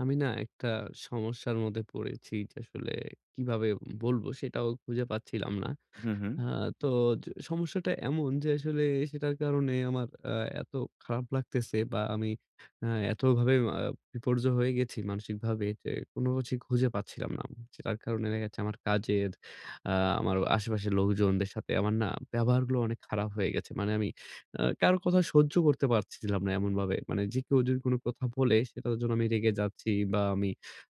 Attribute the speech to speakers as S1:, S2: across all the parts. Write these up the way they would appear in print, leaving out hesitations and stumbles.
S1: আমি না একটা সমস্যার মধ্যে পড়েছি যে আসলে কিভাবে বলবো সেটাও খুঁজে পাচ্ছিলাম না।
S2: হুম, হুম।
S1: আ তো সমস্যাটা এমন যে আসলে সেটার কারণে আমার এত খারাপ লাগতেছে বা আমি আ এতভাবে বিপর্যয় হয়ে গেছি মানসিকভাবে যে কোনো কিছু খুঁজে পাচ্ছিলাম না। সেটার কারণে দেখা যাচ্ছে আমার কাজের, আ আমার আশেপাশের লোকজনদের সাথে আমার না ব্যবহারগুলো অনেক খারাপ হয়ে গেছে। মানে আমি কারো কথা সহ্য করতে পারছিলাম না এমনভাবে। মানে যে কেউ যদি কোনো কথা বলে সেটার জন্য আমি রেগে যাচ্ছি বা আমি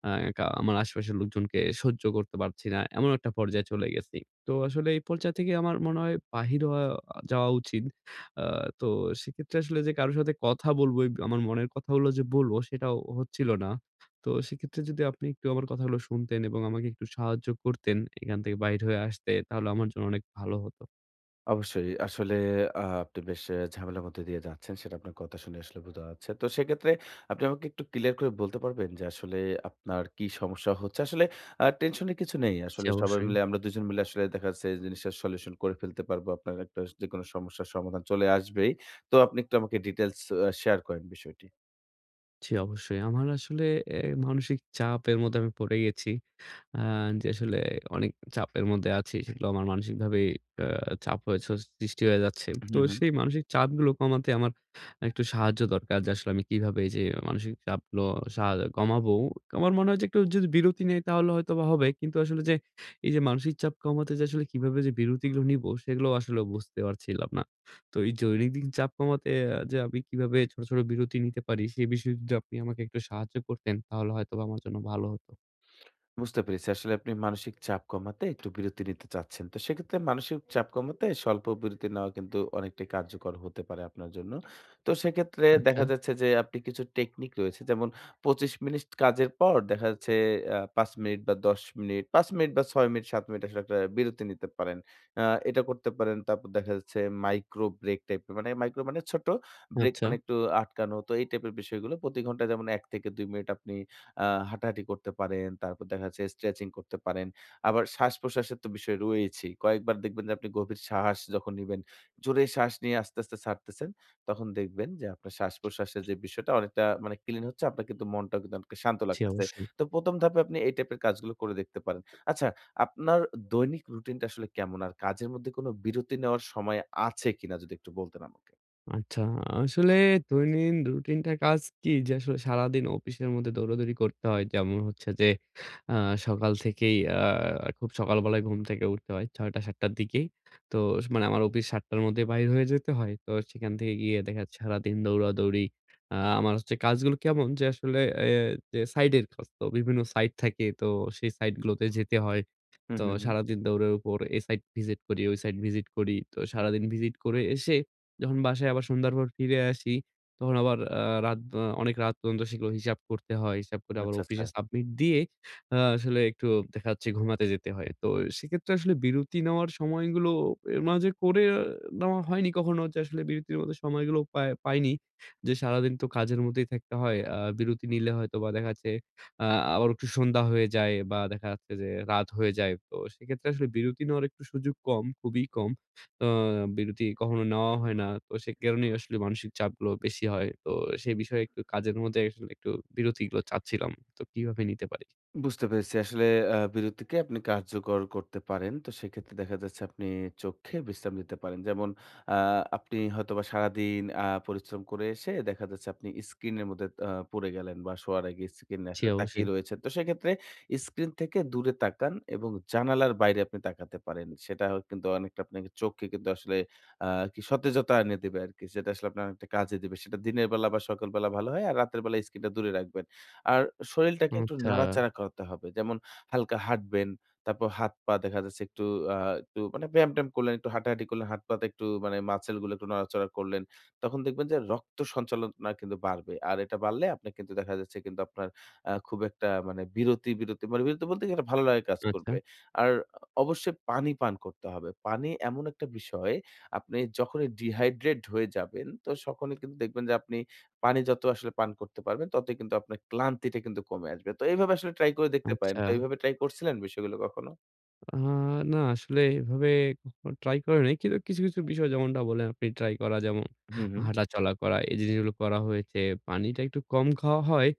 S1: আ কা আমার আশেপাশের লোকজনকে সহ্য করতে পারছি না। এমন একটা পর্যায়ে চলে গেছি। তো আসলে এই পর্যায় থেকে আমার মনে হয় বাহির হওয়া যাওয়া উচিত। আ তো সেক্ষেত্রে আসলে যে কারো সাথে কথা বলবো, এই আমার মনের কথাগুলো যে বলবো সেটাও হচ্ছিল না। তো সেক্ষেত্রে যদি আপনি একটু আমার কথাগুলো শুনতেন এবং আমাকে একটু সাহায্য করতেন এখান থেকে বাহির হয়ে আসতে তাহলে আমার জন্য অনেক ভালো হতো।
S2: অবশ্যই। আসলে আপনি বেশ ঝামেলার মধ্যে দিয়ে যাচ্ছেন। সেটা আপনার কথা শুনে আসলে বোঝা যাচ্ছে। তো সেক্ষেত্রে আপনি আমাকে একটু ক্লিয়ার করে বলতে পারবেন যে আসলে আপনার কি সমস্যা হচ্ছে? আসলে টেনশনের কিছু নেই।
S1: জি,
S2: আসলে সবাই
S1: অবশ্যই।
S2: মিলে আমরা ২ জন মিলে আসলে দেখা যাচ্ছে এই জিনিসটার সলিউশন করে ফেলতে পারবো। আপনার একটা যেকোনো সমস্যার সমাধান চলে আসবেই। তো আপনি একটু আমাকে ডিটেইলস শেয়ার করেন বিষয়টি।
S1: জি, অবশ্যই। আমার আসলে এ মানসিক চাপের মধ্যে আমি পড়ে গেছি। আ যে আসলে অনেক চাপের মধ্যে আছি। সেগুলো আমার মানসিকভাবেই আ চাপ হয়েছ সৃষ্টি হয়ে যাচ্ছে। তো
S2: হুম, হুম।
S1: সেই মানসিক চাপগুলো কমাতে আমার একটু সাহায্য দরকার যে আসলে আমি কিভাবে এই যে মানসিক চাপগুলো সা কমাবো? আমার মনে হয় যে একটু যদি বিরতি নেই তাহলে হয়তোবা হবে। কিন্তু আসলে যে এই যে মানসিক চাপ কমাতে যে আসলে কিভাবে যে বিরতিগুলো নিবো সেগুলো আসলে বুঝতে পারছিলাম না। তো এই দৈনন্দিন চাপ কমাতে যে আমি কিভাবে ছোট, ছোট বিরতি নিতে পারি সে বিষয়ে যদি আপনি আমাকে একটু সাহায্য করতেন তাহলে হয়তোবা আমার জন্য ভালো হতো।
S2: বুঝতে পেরেছি। আসলে আপনি মানসিক চাপ কমাতে একটু বিরতি নিতে চাচ্ছেন। তো সেক্ষেত্রে মানসিক চাপ কমাতে স্বল্প বিরতি নেওয়া কিন্তু অনেকটাই কার্যকর হতে পারে আপনার জন্য। তো সেক্ষেত্রে
S1: আচ্ছা,
S2: দেখা যাচ্ছে যে আপনি কিছু টেকনিক রয়েছে। যেমন ২৫ মিনিট কাজের পর দেখা যাচ্ছে আ ৫ মিনিট বা ১০ মিনিট, ৫ মিনিট বা ৬ মিনিট, ৭ মিনিট আসলে একটা বিরতি নিতে পারেন। আ এটা করতে পারেন। তারপর দেখা যাচ্ছে মাইক্রো ব্রেক টাইপের মানে মাইক্রো মানে ছোট, ব্রেক
S1: আচ্ছা।
S2: মানে একটু আটকানো। তো এই টাইপের বিষয়গুলো প্রতি ঘন্টায় যেমন ১ থেকে ২ মিনিট আপনি আ হাঁটাহাঁটি করতে পারেন, তারপর দেখা যাচ্ছে স্ট্রেচিং করতে পারেন। আবার শ্বাস-প্রশ্বাসের তো বিষয় রয়েছেই। কয়েকবার দেখবেন যে আপনি গভীর শ্বাস যখন নিবেন, জোরে শ্বাস নিয়ে আস্তে, আস্তে ছাড়তেছেন, তখন দেখবেন যে আপনার শ্বাস-প্রশ্বাসের যে বিষয়টা অনেকটা মানে ক্লিন হচ্ছে, আপনার কিন্তু মনটাও কিন্তু অনেকটা শান্ত
S1: জি,
S2: লাগতেছে।
S1: অবশ্যই।
S2: তো ১ম ধাপে আপনি এই টাইপের কাজগুলো করে দেখতে পারেন। আচ্ছা, আপনার দৈনিক রুটিনটা আসলে কেমন? আর কাজের মধ্যে কোনো বিরতি নেওয়ার সময় আছে কিনা যদি একটু বলতেন আমাকে?
S1: আচ্ছা, আসলে দৈনিন রুটিনটা কাজ কি? যে আসলে সারাদিন অফিসের মধ্যে দৌড়াদৌড়ি করতে হয়। যেমন হচ্ছে যে আ সকাল থেকেই খুব সকালবেলায় ঘুম থেকে উঠতে হয় ৬ঃ০০-৭ঃ০০ র দিকেই। তো মানে আমার অফিস ৭ঃ০০ র মধ্যে বাইর হয়ে যেতে হয়। তো সেখান থেকে গিয়ে দেখা যাচ্ছে সারাদিন দৌড়াদৌড়ি। আমার হচ্ছে কাজগুলো কেমন যে আসলে এ যে সাইটের কাজ। তো বিভিন্ন সাইট থাকে। তো সেই সাইটগুলোতে যেতে হয়।
S2: হুম,
S1: তো
S2: হুম, হুম।
S1: সারাদিন দৌড়ের উপর এই সাইট ভিজিট করি, ওই সাইট ভিজিট করি। তো সারাদিন ভিজিট করে এসে যখন বাসায় আবার সন্ধ্যার পর ফিরে আসি, তখন আবার রাত অনেক রাত পর্যন্ত সেগুলো হিসাব করতে হয়। হিসাব করে আবার
S2: আচ্ছা, আচ্ছা।
S1: অফিসে সাবমিট দিয়ে আসলে একটু দেখা যাচ্ছে ঘুমাতে যেতে হয়। তো সেক্ষেত্রে আসলে বিরতি নেওয়ার সময়গুলো এর মাঝে করে নেওয়া হয়নি কখনো যে আসলে বিরতির মতো সময়গুলো পাইনি। যে সারাদিন তো কাজের মধ্যেই থাকতে হয়। বিরতি নিলে হয়তোবা দেখা যাচ্ছে আ আবার একটু সন্ধ্যা হয়ে যায় বা দেখা যাচ্ছে যে রাত হয়ে যায়। তো সেক্ষেত্রে আসলে বিরতি নেওয়ার একটু সুযোগ কম, খুবই কম। আ বিরতি কখনো নেওয়া হয় না। তো সে কারণেই আসলে মানসিক চাপগুলো বেশি হয়। তো সেই বিষয়ে একটু কাজের মধ্যে আসলে একটু বিরতিগুলো চাচ্ছিলাম। তো কিভাবে নিতে পারি?
S2: বুঝতে পেরেছি। আসলে বিরতিকে আপনি কার্যকর করতে পারেন। তো সেক্ষেত্রে দেখা যাচ্ছে আপনি চোখে বিশ্রাম দিতে পারেন। যেমন আ আপনি হয়তোবা সারাদিন পরিশ্রম করে এসে দেখা যাচ্ছে আপনি স্ক্রিনের মধ্যে পড়ে গেলেন বা শোয়ার আগে স্ক্রিনে
S1: জি,
S2: আসলে
S1: অবশ্যই।
S2: তাকিয়ে রয়েছেন। তো সেক্ষেত্রে স্ক্রিন থেকে দূরে তাকান এবং জানালার বাইরে আপনি তাকাতে পারেন। সেটা হয় কিন্তু অনেকটা আপনাকে চোখকে কিন্তু আসলে আ কি সতেজতা এনে দেবে আরকি। সেটা আসলে আপনার অনেকটা কাজে দিবে। সেটা দিনের বেলা বা সকাল বেলা ভালো হয়। আর রাতের বেলা স্ক্রিনটা দূরে রাখবেন। আর শরীলটাকে একটু
S1: আচ্ছা,
S2: নাড়াচাড়া করতে হবে। যেমন হালকা হাঁটবেন, তারপর হাত-পা দেখা যাচ্ছে একটু আ একটু মানে ব্যায়াম-ট্যায়াম করলেন, একটু হাঁটাহাঁটি করলেন, হাত-পাতে একটু মানে মাসেল গুলো একটু নড়াচড়া করলেন। তখন দেখবেন যে রক্ত সঞ্চালনটা কিন্তু বাড়বে। আর এটা বাড়লে আপনি কিন্তু দেখা যাচ্ছে কিন্তু আপনার খুব একটা মানে বিরতি মানে বিরতি বলতে কি একটা ভালো লাগা কাজ
S1: আচ্ছা,
S2: করবে। আর অবশ্যই পানি পান করতে হবে। পানি এমন একটা বিষয় আপনি যখনই ডিহাইড্রেট হয়ে যাবেন, তো তখনই কিন্তু দেখবেন যে আপনি পানি যত আসলে পান করতে পারবেন, ততই কিন্তু আপনার ক্লান্তিটা কিন্তু কমে আসবে। তো এইভাবে আসলে ট্রাই করে দেখতে পারেন।
S1: আচ্ছা।
S2: তো এইভাবে ট্রাই করছিলেন বিষয়গুলো কখনো?
S1: আ না আসলে এভাবে কখনো ট্রাই করা নাই। কিন্তু কিছু, কিছু বিষয় যেমনটা বললেন আপনি ট্রাই করা যেমন
S2: হুম, হুম।
S1: হাঁটাচলা করা এই জিনিসগুলো করা হয়েছে। পানিটা একটু কম খাওয়া হয়।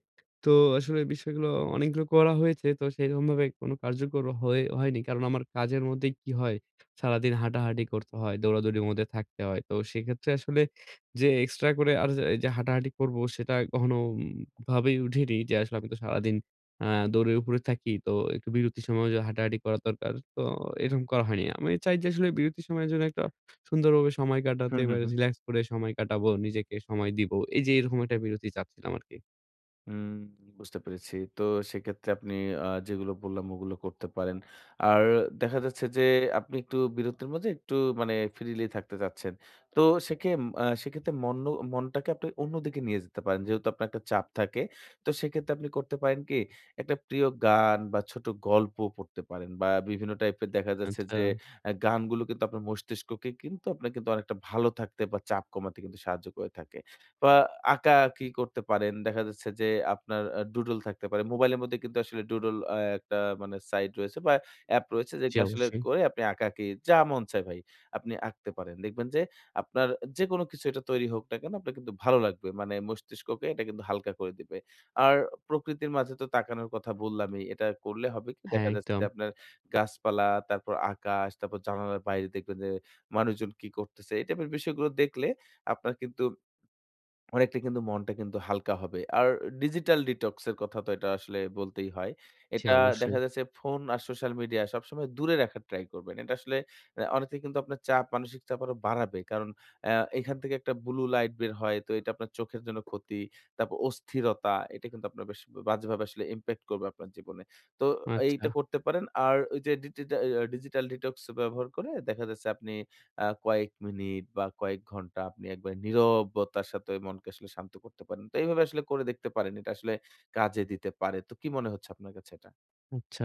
S1: তো আসলে বিষয়গুলো অনেকগুলো করা হয়েছে। তো সেরকমভাবে কোনো কার্যকর হয়নি। কারণ আমার কাজের মধ্যে কি হয় সারাদিন হাঁটাহাঁটি করতে হয়, দৌড়াদৌড়ির মধ্যে থাকতে হয়। তো সেক্ষেত্রে আসলে যে এক্সট্রা করে আর যে যে হাঁটাহাঁটি করব সেটা কখনো ভাবেই উঠেনি যে আসলে আমি তো সারাদিন আ দৌড়ের উপরে থাকি। তো একটু বিরতির সময়ও যে হাঁটাহাঁটি করা দরকার। তো এরকম করা হয়নি। আমি চাই যে আসলে বিরতির সময়ের জন্য একটা সুন্দরভাবে সময় কাটাতে
S2: হুম,
S1: বা
S2: হুম, হুম।
S1: রিল্যাক্স করে সময় কাটাবো, নিজেকে সময় দিব। এই যে এরকম একটা বিরতি চাচ্ছিলাম আরকি।
S2: হুম, বুঝতে পেরেছি। তো সেক্ষেত্রে আপনি যেগুলো বললাম ওগুলো করতে পারেন। আর দেখা যাচ্ছে যে আপনি একটু বিরতির মাঝে একটু মানে ফ্রিলি থাকতে চাচ্ছেন। তো সেখে আ সেক্ষেত্রে মনটাকে আপনি অন্যদিকে নিয়ে যেতে পারেন। যেহেতু আপনার একটা চাপ থাকে। তো সেক্ষেত্রে আপনি করতে পারেন কি? একটা প্রিয় গান বা ছোট গল্প পড়তে পারেন বা বিভিন্ন টাইপের দেখা যাচ্ছে
S1: আচ্ছা।
S2: যে গানগুলো কিন্তু আপনার মস্তিষ্ককে কিন্তু আপনার কিন্তু অনেকটা ভালো থাকতে বা চাপ কমাতে কিন্তু সাহায্য করে থাকে। বা আঁকাআঁকি করতে পারেন। দেখা যাচ্ছে যে আপনার ডুডল থাকতে পারে। মোবাইলের মধ্যে কিন্তু আসলে ডুডল একটা মানে সাইট রয়েছে বা অ্যাপ রয়েছে
S1: জি,
S2: যেগুলো আসলে
S1: অবশ্যই।
S2: করে আপনি আঁকাআঁকি যা মন চায় ভাই আপনি আঁকতে পারেন। দেখবেন যে আপনার যেকোনো কিছু এটা তৈরি হোক না কেন আপনার কিন্তু ভালো লাগবে। মানে মস্তিষ্ককে এটা কিন্তু হালকা করে দিবে। আর প্রকৃতির মাঝে তো তাকানোর কথা বললামই। এটা করলে হবে কি
S1: হ্যাঁ,
S2: দেখা যাচ্ছে
S1: একদম।
S2: যে আপনার গাছপালা, তারপর আকাশ, তারপর জানালার বাইরে দেখবেন যে মানুষজন কি করতেছে। এই টাইপের বিষয়গুলো দেখলে আপনার কিন্তু অনেকটা কিন্তু মনটা কিন্তু হালকা হবে। আর ডিজিটাল ডিটক্স এর কথা তো এটা আসলে বলতেই হয়।
S1: জি,
S2: এটা
S1: অবশ্যই।
S2: দেখা যাচ্ছে ফোন আর সোশ্যাল মিডিয়া সবসময় দূরে রাখার ট্রাই করবেন। এটা আসলে অনেকটাই কিন্তু আপনার চাপ, মানসিক চাপ আরো বাড়াবে। কারণ অ্যা এখান থেকে একটা ব্লু লাইট বের হয়। তো এটা আপনার চোখের জন্য ক্ষতি। তারপর অস্থিরতা এটা কিন্তু আপনার বেশ বাজেভাবে আসলে ইমপ্যাক্ট করবে আপনার জীবনে। তো
S1: আচ্ছা,
S2: এইটা করতে পারেন। আর ওই যে ডিজিটাল ডিটক্স ব্যবহার করে দেখা যাচ্ছে আপনি কয়েক মিনিট বা কয়েক ঘন্টা আপনি একবার নীরবতার সাথে মনকে আসলে শান্ত করতে পারেন। তো এইভাবে আসলে করে দেখতে পারেন। এটা আসলে কাজে দিতে পারে। তো কি মনে হচ্ছে আপনার কাছে এটা?
S1: আচ্ছা।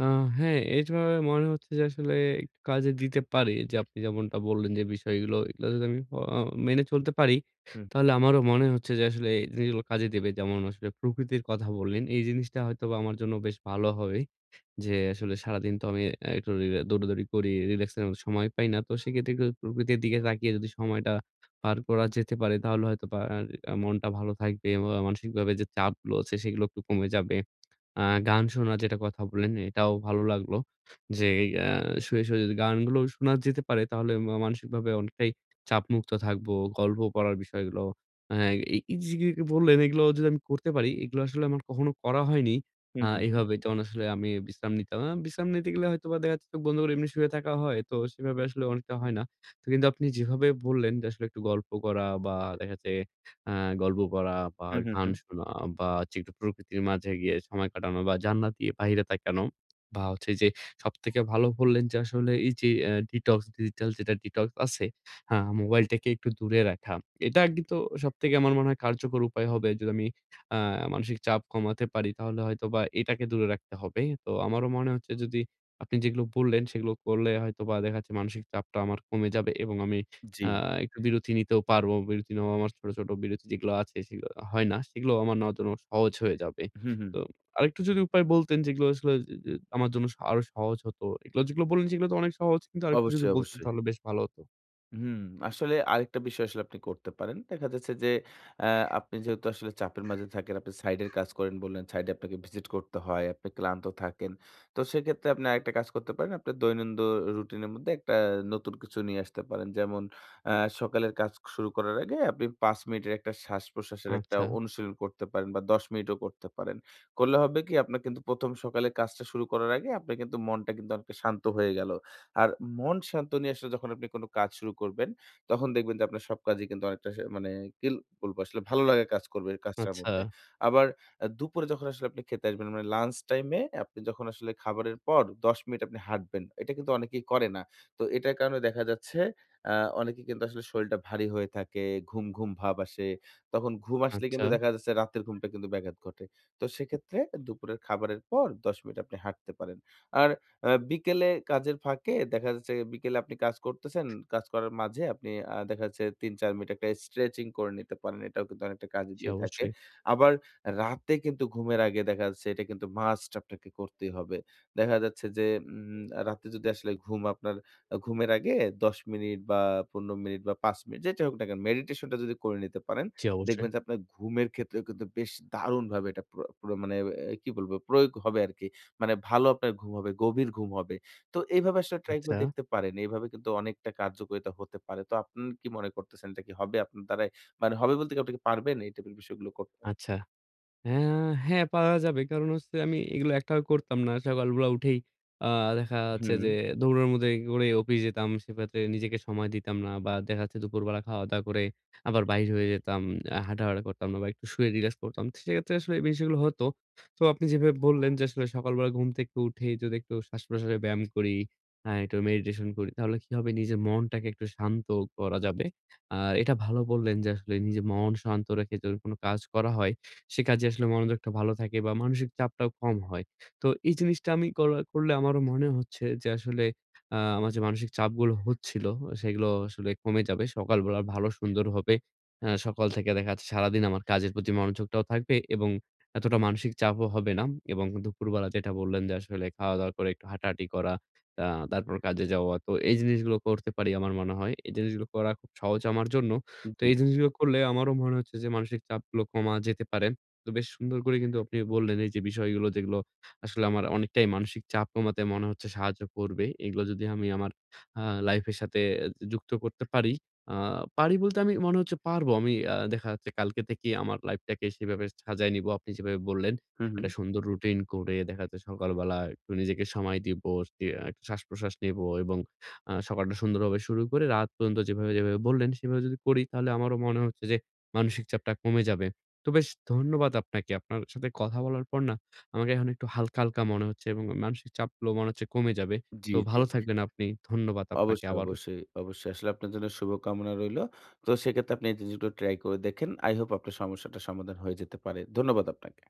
S1: আ হ্যাঁ, এইভাবে মনে হচ্ছে যে আসলে একটু কাজে দিতে পারি। যে আপনি যেমনটা বললেন যে বিষয়গুলো, এগুলো যদি আমি মেনে চলতে পারি,
S2: হুম,
S1: তাহলে আমারও মনে হচ্ছে যে আসলে এই জিনিসগুলো কাজে দেবে। যেমন আসলে প্রকৃতির কথা বললেন, এই জিনিসটা হয়তোবা আমার জন্য বেশ ভালো হবে। যে আসলে সারাদিন তো আমি একটু দৌড়াদৌড়ি করি, রিল্যাক্স এর মতো সময় পাই না। তো সেক্ষেত্রে একটু প্রকৃতির দিকে তাকিয়ে যদি সময়টা পার করা যেতে পারে, তাহলে হয়তোবা আর মনটা ভালো থাকবে এবং মানসিকভাবে যে চাপগুলো আছে, সেগুলো একটু কমে যাবে। আ গান শোনার যেটা কথা বললেন, এটাও ভালো লাগলো। যে আ শুয়ে, শুয়ে যদি গানগুলো শোনা যেতে পারে তাহলে মানসিকভাবে অনেকটাই চাপমুক্ত থাকবো। গল্প পড়ার বিষয়গুলো। আ এই এই যে যে বললেন এগুলো যদি আমি করতে পারি, এগুলো আসলে আমার কখনো করা হয়নি।
S2: হুম, হুম, হুম,
S1: এভাবে যেমন আসলে আমি বিশ্রাম নিতাম। বিশ্রাম নিতে গেলে হয়তোবা দেখা যাচ্ছে চোখ বন্ধ করে এমনি শুয়ে থাকা হয়। তো সেভাবে আসলে অনেকটা হয় না। তো কিন্তু আপনি যেভাবে বললেন যে আসলে একটু গল্প করা বা দেখা যাচ্ছে আ গল্প করা বা
S2: হুম, হুম,
S1: গান
S2: হুম।
S1: শোনা বা হচ্ছে একটু প্রকৃতির মাঝে গিয়ে সময় কাটানো বা জান্নাতের বাহিরে তাকানো বা হচ্ছে যে সবথেকে ভালো বললেন যে আসলে এই যে ডিটক্স, ডিজিটাল যেটা ডিটক্স আছে, হ্যাঁ, মোবাইলটাকে একটু দূরে রাখা। এটা কিন্তু সবথেকে আমার মনে হয় কার্যকর উপায় হবে। যদি আমি আ মানসিক চাপ কমাতে পারি তাহলে হয়তোবা এটাকে দূরে রাখতে হবে। তো আমারও মনে হচ্ছে যদি আপনি যেগুলো বললেন সেগুলো করলে হয়তোবা দেখা যাচ্ছে মানসিক চাপটা আমার কমে যাবে এবং আমি
S2: জি।
S1: আ একটু বিরতি নিতেও পারবো। বিরতি নেওয়া আমার ছোট, ছোট বিরতি যেগুলো আছে সেগুলো হয় না। সেগুলো আমার নেওয়ার জন্য সহজ হয়ে যাবে।
S2: হুম, হুম।
S1: তো আরেকটু যদি উপায় বলতেন যেগুলো আসলে যে যে আমার জন্য আরো সহজ হতো। এগুলো যেগুলো বললেন সেগুলো তো অনেক সহজ। কিন্তু আরেকটু যদি
S2: অবশ্যই,
S1: বলতেন
S2: অবশ্যই।
S1: তাহলে বেশ ভালো হতো।
S2: হুম, আসলে আরেকটা বিষয় আসলে আপনি করতে পারেন। দেখা যাচ্ছে যে আ আপনি যেহেতু আসলে চাপের মাঝে থাকেন, আপনি সাইডের কাজ করেন বললেন, সাইডে আপনাকে ভিজিট করতে হয়, আপনি ক্লান্ত থাকেন। তো সেক্ষেত্রে আপনি আরেকটা কাজ করতে পারেন। আপনার দৈনন্দিন রুটিনের মধ্যে একটা নতুন কিছু নিয়ে আসতে পারেন। যেমন আ সকালের কাজ শুরু করার আগে আপনি ৫ মিনিটের একটা শ্বাস-প্রশ্বাসের একটা
S1: আচ্ছা,
S2: অনুশীলন করতে পারেন বা ১০ মিনিটও করতে পারেন। করলে হবে কি আপনার কিন্তু ১ম সকালের কাজটা শুরু করার আগে আপনার কিন্তু মনটা কিন্তু অনেকটা শান্ত হয়ে গেল। আর মন শান্ত নিয়ে আসলে যখন আপনি কোনো কাজ শুরু করবেন, তখন দেখবেন যে আপনার সব কাজই কিন্তু অনেকটা সে মানে কি বলবো আসলে ভালো লাগা কাজ করবে কাজটার
S1: আচ্ছা,
S2: মধ্যে। আবার দুপুরে যখন আসলে আপনি খেতে আসবেন মানে লাঞ্চ টাইম এ আপনি যখন আসলে খাবারের পর ১০ মিনিট আপনি হাঁটবেন। এটা কিন্তু অনেকেই করে না। তো এটার কারণে দেখা যাচ্ছে আ অনেকে কিন্তু আসলে শরীরটা ভারী হয়ে থাকে, ঘুম ভাব আসে। তখন ঘুম আসলে
S1: আচ্ছা।
S2: কিন্তু দেখা যাচ্ছে রাতের ঘুমটা কিন্তু ব্যাঘাত ঘটে। তো সেক্ষেত্রে দুপুরের খাবারের পর ১০ মিনিট আপনি হাঁটতে পারেন। আর বিকেলে কাজের ফাঁকে দেখা যাচ্ছে বিকেলে আপনি কাজ করতেছেন। কাজ করার মাঝে আপনি দেখা যাচ্ছে ৩-৪ মিনিট একটা স্ট্রেচিং করে নিতে পারেন। এটাও কিন্তু অনেকটা কাজে
S1: জি
S2: দিয়ে থাকে।
S1: অবশ্যই,
S2: আবার রাতে কিন্তু ঘুমের আগে দেখা যাচ্ছে এটা কিন্তু মাস্ট আপনাকে করতেই হবে। দেখা যাচ্ছে যে রাতে যদি আসলে ঘুম আপনার ঘুমের আগে ১০ মিনিট বা ১৫ মিনিট বা ৫ মিনিট যেটাই হোক না কেন মেডিটেশনটা যদি করে নিতে পারেন,
S1: জি অবশ্যই।
S2: দেখবেন যে আপনার ঘুমের ক্ষেত্রেও কিন্তু বেশ দারুণভাবে এটা প্র প্র মানে কি বলবো প্রয়োগ হবে আরকি। মানে ভালো আপনার ঘুম হবে, গভীর ঘুম হবে। তো এইভাবে আসলে ট্রাই
S1: আচ্ছা,
S2: করে দেখতে পারেন। এভাবে কিন্তু অনেকটা কার্যকারিতা হতে পারে। তো আপনি কি মনে করতেছেন এটা কি হবে আপনার দ্বারাই? মানে হবে বলতে কি আপনি কি পারবেন এই টাইপের বিষয়গুলো করতে?
S1: আচ্ছা। হ্যাঁ, হ্যাঁ পারা যাবে। কারণ হচ্ছে আমি এগুলো একটাও করতাম না। সকালবেলা উঠেই আ দেখা যাচ্ছে
S2: হুম,
S1: যে দৌড়ের মধ্যে করে অফিস যেতাম। সেক্ষেত্রে নিজেকে সময় দিতাম না বা দেখা যাচ্ছে দুপুরবেলা খাওয়া-দাওয়া করে আবার বাইর হয়ে যেতাম। হাঁটাহাঁটা করতাম না বা একটু শুয়ে রিল্যাক্স করতাম। তো সেক্ষেত্রে আসলে এই বিষয়গুলো হতো। তো আপনি যেভাবে বললেন যে আসলে সকালবেলা ঘুম থেকে উঠেই যদি একটু শ্বাস-প্রশ্বাসের ব্যায়াম করি, হ্যাঁ একটু মেডিটেশন করি তাহলে কি হবে নিজের মনটাকে একটু শান্ত করা যাবে। আর এটা ভালো বললেন যে আসলে নিজের মন শান্ত রেখে যদি কোনো কাজ করা হয় সে কাজে আসলে মনোযোগটা ভালো থাকে বা মানসিক চাপটাও কম হয়। তো এই জিনিসটা আমি করলে আমারও মনে হচ্ছে যে আসলে আমার যে মানসিক চাপগুলো হচ্ছিল সেগুলো আসলে কমে যাবে। সকালবেলা ভালো সুন্দর হবে। সকাল থেকে দেখা যাচ্ছে সারাদিন আমার কাজের প্রতি মনোযোগটাও থাকবে এবং এতটা মানসিক চাপও হবে না এবং দুপুরবেলা যেটা বললেন যে আসলে খাওয়া-দাওয়া করে একটু হাঁটাহাঁটি করা, আ তারপর কাজে যাওয়া। তো এই জিনিসগুলো করতে পারি আমার মনে হয়। এই জিনিসগুলো করা খুব সহজ আমার জন্য। তো
S2: জি।
S1: এই জিনিসগুলো করলে আমারও মনে হচ্ছে যে মানসিক চাপগুলো কমা যেতে পারে। তো বেশ সুন্দর করে কিন্তু আপনি বললেন এই যে বিষয়গুলো যেগুলো আসলে আমার অনেকটাই মানসিক চাপ কমাতে মনে হচ্ছে সাহায্য করবে। এগুলো যদি আমি আমার আ লাইফের সাথে যুক্ত করতে পারি। আ পারি বলতে আমি মনে হচ্ছে পারবো। আমি দেখা যাচ্ছে কালকে থেকেই আমার লাইফটাকে সেভাবে সাজায় নিবো। আপনি যেভাবে বললেন,
S2: হুম, হুম।
S1: একটা সুন্দর রুটিন করে দেখা যাচ্ছে সকালবেলা একটু নিজেকে সময় দিব, সে আ একটু শ্বাসপ্রশ্বাস নেবো এবং সকালটা সুন্দরভাবে শুরু করে রাত পর্যন্ত যেভাবে বললেন সেভাবে যদি করি তাহলে আমারও মনে হচ্ছে যে মানসিক চাপটা কমে যাবে। তো বেশ ধন্যবাদ আপনাকে। আপনার সাথে কথা বলার পর না আমাকে এখন একটু হালকা, হালকা মনে হচ্ছে এবং মানসিক চাপগুলো মনে হচ্ছে কমে যাবে।
S2: জি,
S1: তো
S2: জি,
S1: ভালো
S2: জি।
S1: থাকবেন আপনি। ধন্যবাদ আপনাকে
S2: অবশ্যই,
S1: আবারও।
S2: অবশ্যই, অবশ্যই। আসলে আপনার জন্য শুভকামনা রইলো। তো সেক্ষেত্রে আপনি এই জিনিসগুলো ট্রাই করে দেখেন। I hope আপনার সমস্যাটা সমাধান হয়ে যেতে পারে। ধন্যবাদ আপনাকে।